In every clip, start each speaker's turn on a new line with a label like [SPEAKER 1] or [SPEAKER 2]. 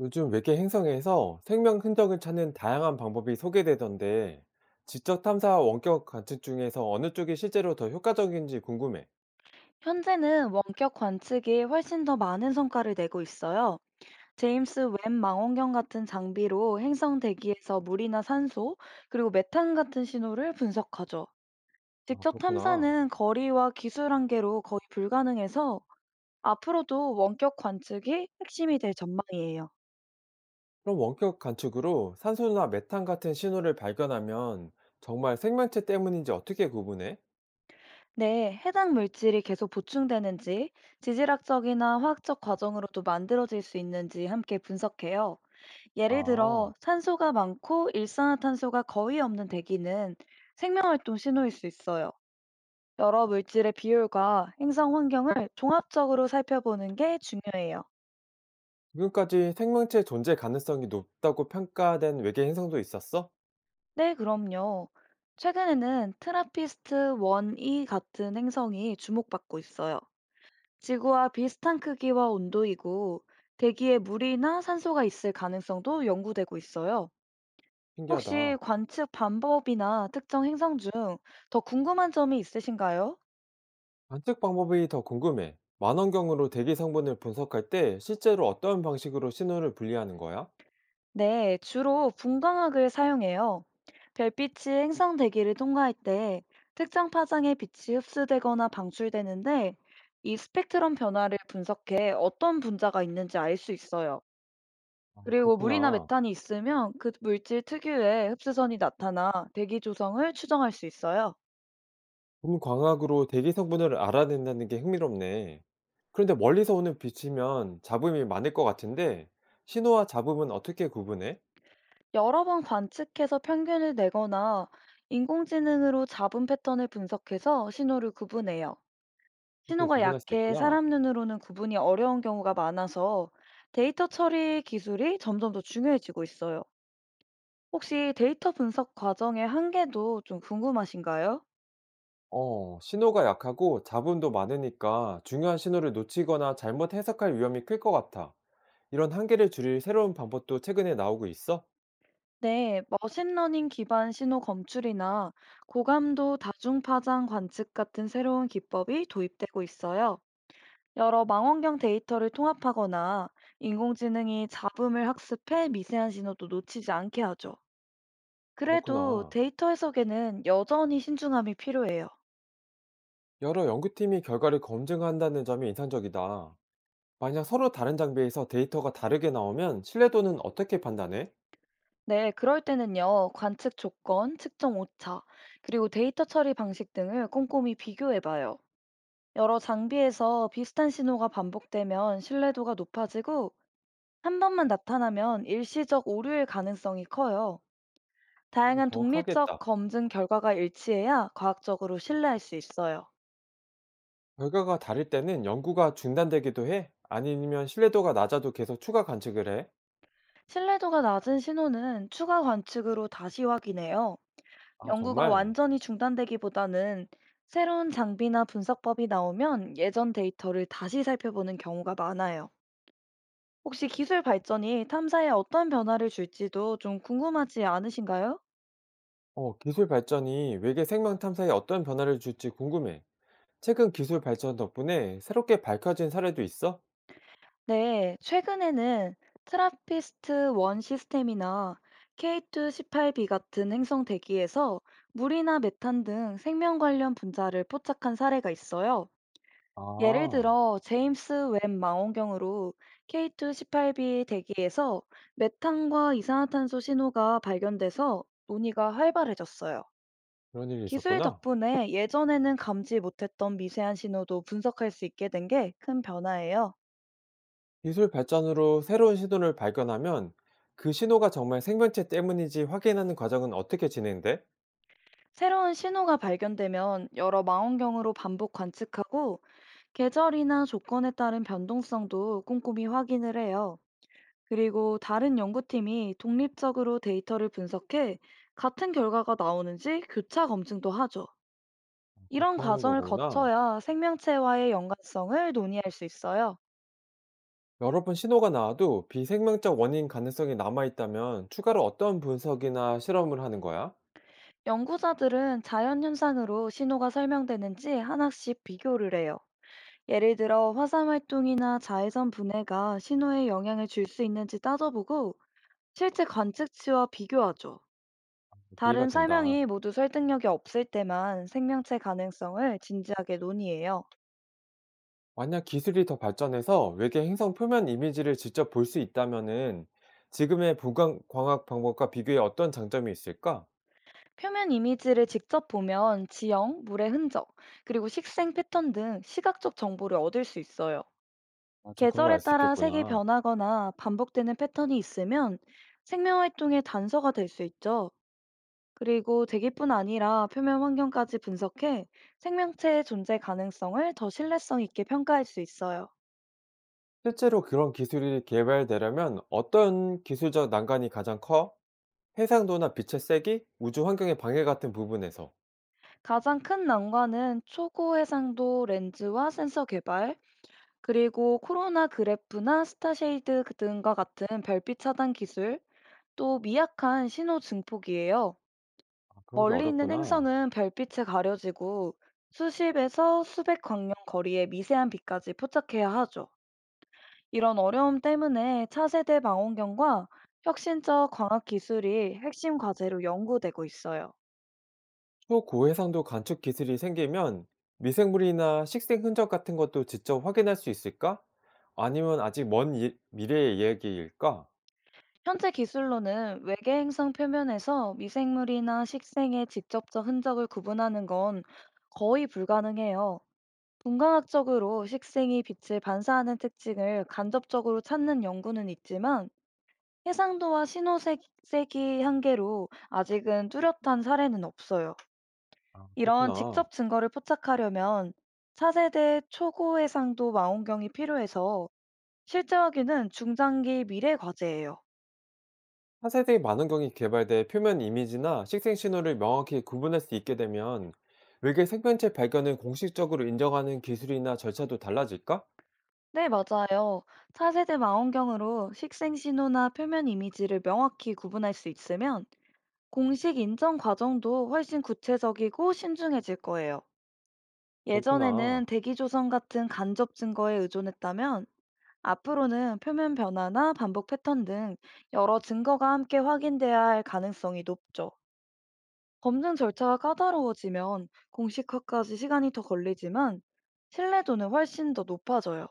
[SPEAKER 1] 요즘 외계 행성에서 생명 흔적을 찾는 다양한 방법이 소개되던데, 지적 탐사와 원격 관측 중에서 어느 쪽이 실제로 더 효과적인지 궁금해.
[SPEAKER 2] 현재는 원격 관측이 훨씬 더 많은 성과를 내고 있어요. 제임스 웹 망원경 같은 장비로 행성 대기에서 물이나 산소, 그리고 메탄 같은 신호를 분석하죠.
[SPEAKER 1] 아,
[SPEAKER 2] 직접
[SPEAKER 1] 그렇구나.
[SPEAKER 2] 탐사는 거리와 기술 한계로 거의 불가능해서 앞으로도 원격 관측이 핵심이 될 전망이에요.
[SPEAKER 1] 그럼 원격 관측으로 산소나 메탄 같은 신호를 발견하면 정말 생명체 때문인지 어떻게 구분해?
[SPEAKER 2] 네, 해당 물질이 계속 보충되는지, 지질학적이나 화학적 과정으로도 만들어질 수 있는지 함께 분석해요. 예를 들어
[SPEAKER 1] 아,
[SPEAKER 2] 산소가 많고 일산화탄소가 거의 없는 대기는 생명활동 신호일 수 있어요. 여러 물질의 비율과 행성 환경을 종합적으로 살펴보는 게 중요해요.
[SPEAKER 1] 지금까지 생명체 존재 가능성이 높다고 평가된 외계 행성도 있었어?
[SPEAKER 2] 네, 그럼요. 최근에는 트라피스트 1E 같은 행성이 주목받고 있어요. 지구와 비슷한 크기와 온도이고 대기에 물이나 산소가 있을 가능성도 연구되고 있어요.
[SPEAKER 1] 신기하다.
[SPEAKER 2] 혹시 관측 방법이나 특정 행성 중 더 궁금한 점이 있으신가요?
[SPEAKER 1] 관측 방법이 더 궁금해. 만원경으로 대기 성분을 분석할 때 실제로 어떤 방식으로 신호를 분리하는 거야?
[SPEAKER 2] 네, 주로 분광학을 사용해요. 별빛이 행성 대기를 통과할 때 특정 파장의 빛이 흡수되거나 방출되는데 이 스펙트럼 변화를 분석해 어떤 분자가 있는지 알 수 있어요.
[SPEAKER 1] 아,
[SPEAKER 2] 그리고 물이나
[SPEAKER 1] 그렇구나.
[SPEAKER 2] 메탄이 있으면 그 물질 특유의 흡수선이 나타나 대기 조성을 추정할 수 있어요.
[SPEAKER 1] 광학으로 대기 성분을 알아낸다는 게 흥미롭네. 그런데 멀리서 오는 빛이면 잡음이 많을 것 같은데 신호와 잡음은 어떻게 구분해?
[SPEAKER 2] 여러 번 관측해서 평균을 내거나 인공지능으로 잡음 패턴을 분석해서 신호를 구분해요.
[SPEAKER 1] 그렇게
[SPEAKER 2] 신호가
[SPEAKER 1] 구분할 수
[SPEAKER 2] 약해
[SPEAKER 1] 있구나.
[SPEAKER 2] 사람 눈으로는 구분이 어려운 경우가 많아서 데이터 처리 기술이 점점 더 중요해지고 있어요. 혹시 데이터 분석 과정의 한계도 좀 궁금하신가요?
[SPEAKER 1] 어, 신호가 약하고 잡음도 많으니까 중요한 신호를 놓치거나 잘못 해석할 위험이 클 것 같아. 이런 한계를 줄일 새로운 방법도 최근에 나오고 있어?
[SPEAKER 2] 네, 머신러닝 기반 신호 검출이나 고감도 다중파장 관측 같은 새로운 기법이 도입되고 있어요. 여러 망원경 데이터를 통합하거나 인공지능이 잡음을 학습해 미세한 신호도 놓치지 않게 하죠. 그래도
[SPEAKER 1] 그렇구나.
[SPEAKER 2] 데이터 해석에는 여전히 신중함이 필요해요.
[SPEAKER 1] 여러 연구팀이 결과를 검증한다는 점이 인상적이다. 만약 서로 다른 장비에서 데이터가 다르게 나오면 신뢰도는 어떻게 판단해?
[SPEAKER 2] 네, 그럴 때는요, 관측 조건, 측정 오차, 그리고 데이터 처리 방식 등을 꼼꼼히 비교해 봐요. 여러 장비에서 비슷한 신호가 반복되면 신뢰도가 높아지고, 한 번만 나타나면 일시적 오류일 가능성이 커요.
[SPEAKER 1] 좀
[SPEAKER 2] 다양한 독립적
[SPEAKER 1] 정확하겠다.
[SPEAKER 2] 검증 결과가 일치해야 과학적으로 신뢰할 수 있어요.
[SPEAKER 1] 결과가 다를 때는 연구가 중단되기도 해? 아니면 신뢰도가 낮아도 계속 추가 관측을 해?
[SPEAKER 2] 신뢰도가 낮은 신호는 추가 관측으로 다시 확인해요.
[SPEAKER 1] 아,
[SPEAKER 2] 연구가
[SPEAKER 1] 정말?
[SPEAKER 2] 완전히 중단되기보다는 새로운 장비나 분석법이 나오면 예전 데이터를 다시 살펴보는 경우가 많아요. 혹시 기술 발전이 탐사에 어떤 변화를 줄지도 좀 궁금하지 않으신가요?
[SPEAKER 1] 어, 기술 발전이 외계 생명 탐사에 어떤 변화를 줄지 궁금해. 최근 기술 발전 덕분에 새롭게 밝혀진 사례도 있어?
[SPEAKER 2] 네, 최근에는 트라피스트 1 시스템이나 K218b 같은 행성 대기에서 물이나 메탄 등 생명 관련 분자를 포착한 사례가 있어요. 예를
[SPEAKER 1] 아,
[SPEAKER 2] 들어 제임스 웹 망원경으로 K2-18b 대기에서 메탄과 이산화탄소 신호가 발견돼서 논의가 활발해졌어요.
[SPEAKER 1] 그런 일이
[SPEAKER 2] 기술
[SPEAKER 1] 있었구나.
[SPEAKER 2] 덕분에 예전에는 감지 못했던 미세한 신호도 분석할 수 있게 된 게 큰 변화예요.
[SPEAKER 1] 기술 발전으로 새로운 신호를 발견하면 그 신호가 정말 생명체 때문인지 확인하는 과정은 어떻게 진행돼?
[SPEAKER 2] 새로운 신호가 발견되면 여러 망원경으로 반복 관측하고 계절이나 조건에 따른 변동성도 꼼꼼히 확인을 해요. 그리고 다른 연구팀이 독립적으로 데이터를 분석해 같은 결과가 나오는지 교차 검증도 하죠.
[SPEAKER 1] 어,
[SPEAKER 2] 이런
[SPEAKER 1] 그렇게 하는
[SPEAKER 2] 과정을
[SPEAKER 1] 거구나.
[SPEAKER 2] 거쳐야 생명체와의 연관성을 논의할 수 있어요.
[SPEAKER 1] 여러 번 신호가 나와도 비생명적 원인 가능성이 남아있다면 추가로 어떤 분석이나 실험을 하는 거야?
[SPEAKER 2] 연구자들은 자연 현상으로 신호가 설명되는지 하나씩 비교를 해요. 예를 들어 화산 활동이나 자외선 분해가 신호에 영향을 줄 수 있는지 따져보고 실제 관측치와 비교하죠.
[SPEAKER 1] 이해가
[SPEAKER 2] 다른
[SPEAKER 1] 된다.
[SPEAKER 2] 설명이 모두 설득력이 없을 때만 생명체 가능성을 진지하게 논의해요.
[SPEAKER 1] 만약 기술이 더 발전해서 외계 행성 표면 이미지를 직접 볼 수 있다면은 지금의 보강 광학 방법과 비교해 어떤 장점이 있을까?
[SPEAKER 2] 표면 이미지를 직접 보면 지형, 물의 흔적, 그리고 식생 패턴 등 시각적 정보를 얻을 수 있어요.
[SPEAKER 1] 아, 저 그런 걸
[SPEAKER 2] 계절에
[SPEAKER 1] 알 수
[SPEAKER 2] 따라 색이
[SPEAKER 1] 있겠구나.
[SPEAKER 2] 변하거나 반복되는 패턴이 있으면 생명 활동의 단서가 될 수 있죠. 그리고 대기뿐 아니라 표면 환경까지 분석해 생명체의 존재 가능성을 더 신뢰성 있게 평가할 수 있어요.
[SPEAKER 1] 실제로 그런 기술이 개발되려면 어떤 기술적 난관이 가장 커? 해상도나 빛의 세기, 우주 환경의 방해 같은 부분에서.
[SPEAKER 2] 가장 큰 난관은 초고 해상도 렌즈와 센서 개발, 그리고 코로나 그래프나 스타쉐이드 등과 같은 별빛 차단 기술, 또 미약한 신호 증폭이에요.
[SPEAKER 1] 아, 그런 게
[SPEAKER 2] 멀리 있는
[SPEAKER 1] 어렵구나.
[SPEAKER 2] 행성은 별빛에 가려지고 수십에서 수백 광년 거리의 미세한 빛까지 포착해야 하죠. 이런 어려움 때문에 차세대 망원경과 혁신적 광학 기술이 핵심 과제로 연구되고 있어요.
[SPEAKER 1] 또 고해상도 관측 기술이 생기면 미생물이나 식생 흔적 같은 것도 직접 확인할 수 있을까? 아니면 아직 먼 미래의 이야기일까?
[SPEAKER 2] 현재 기술로는 외계 행성 표면에서 미생물이나 식생의 직접적 흔적을 구분하는 건 거의 불가능해요. 분광학적으로 식생이 빛을 반사하는 특징을 간접적으로 찾는 연구는 있지만 해상도와 신호세기 한계로 아직은 뚜렷한 사례는 없어요.
[SPEAKER 1] 아,
[SPEAKER 2] 이런
[SPEAKER 1] 그렇구나.
[SPEAKER 2] 직접 증거를 포착하려면 차세대 초고해상도 망원경이 필요해서 실제 확인은 중장기 미래 과제예요.
[SPEAKER 1] 차세대 만원경이 개발돼 표면 이미지나 식생 신호를 명확히 구분할 수 있게 되면 외계 생명체 발견을 공식적으로 인정하는 기술이나 절차도 달라질까?
[SPEAKER 2] 네, 맞아요. 차세대 망원경으로 식생 신호나 표면 이미지를 명확히 구분할 수 있으면 공식 인정 과정도 훨씬 구체적이고 신중해질 거예요.
[SPEAKER 1] 그렇구나.
[SPEAKER 2] 예전에는 대기조선 같은 간접 증거에 의존했다면 앞으로는 표면 변화나 반복 패턴 등 여러 증거가 함께 확인돼야 할 가능성이 높죠. 검증 절차가 까다로워지면 공식화까지 시간이 더 걸리지만 신뢰도는 훨씬 더 높아져요.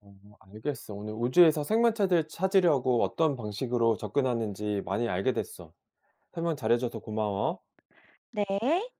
[SPEAKER 1] 어, 알겠어. 오늘 우주에서 생명체들 찾으려고 어떤 방식으로 접근하는지 많이 알게 됐어. 설명 잘해줘서 고마워.
[SPEAKER 2] 네.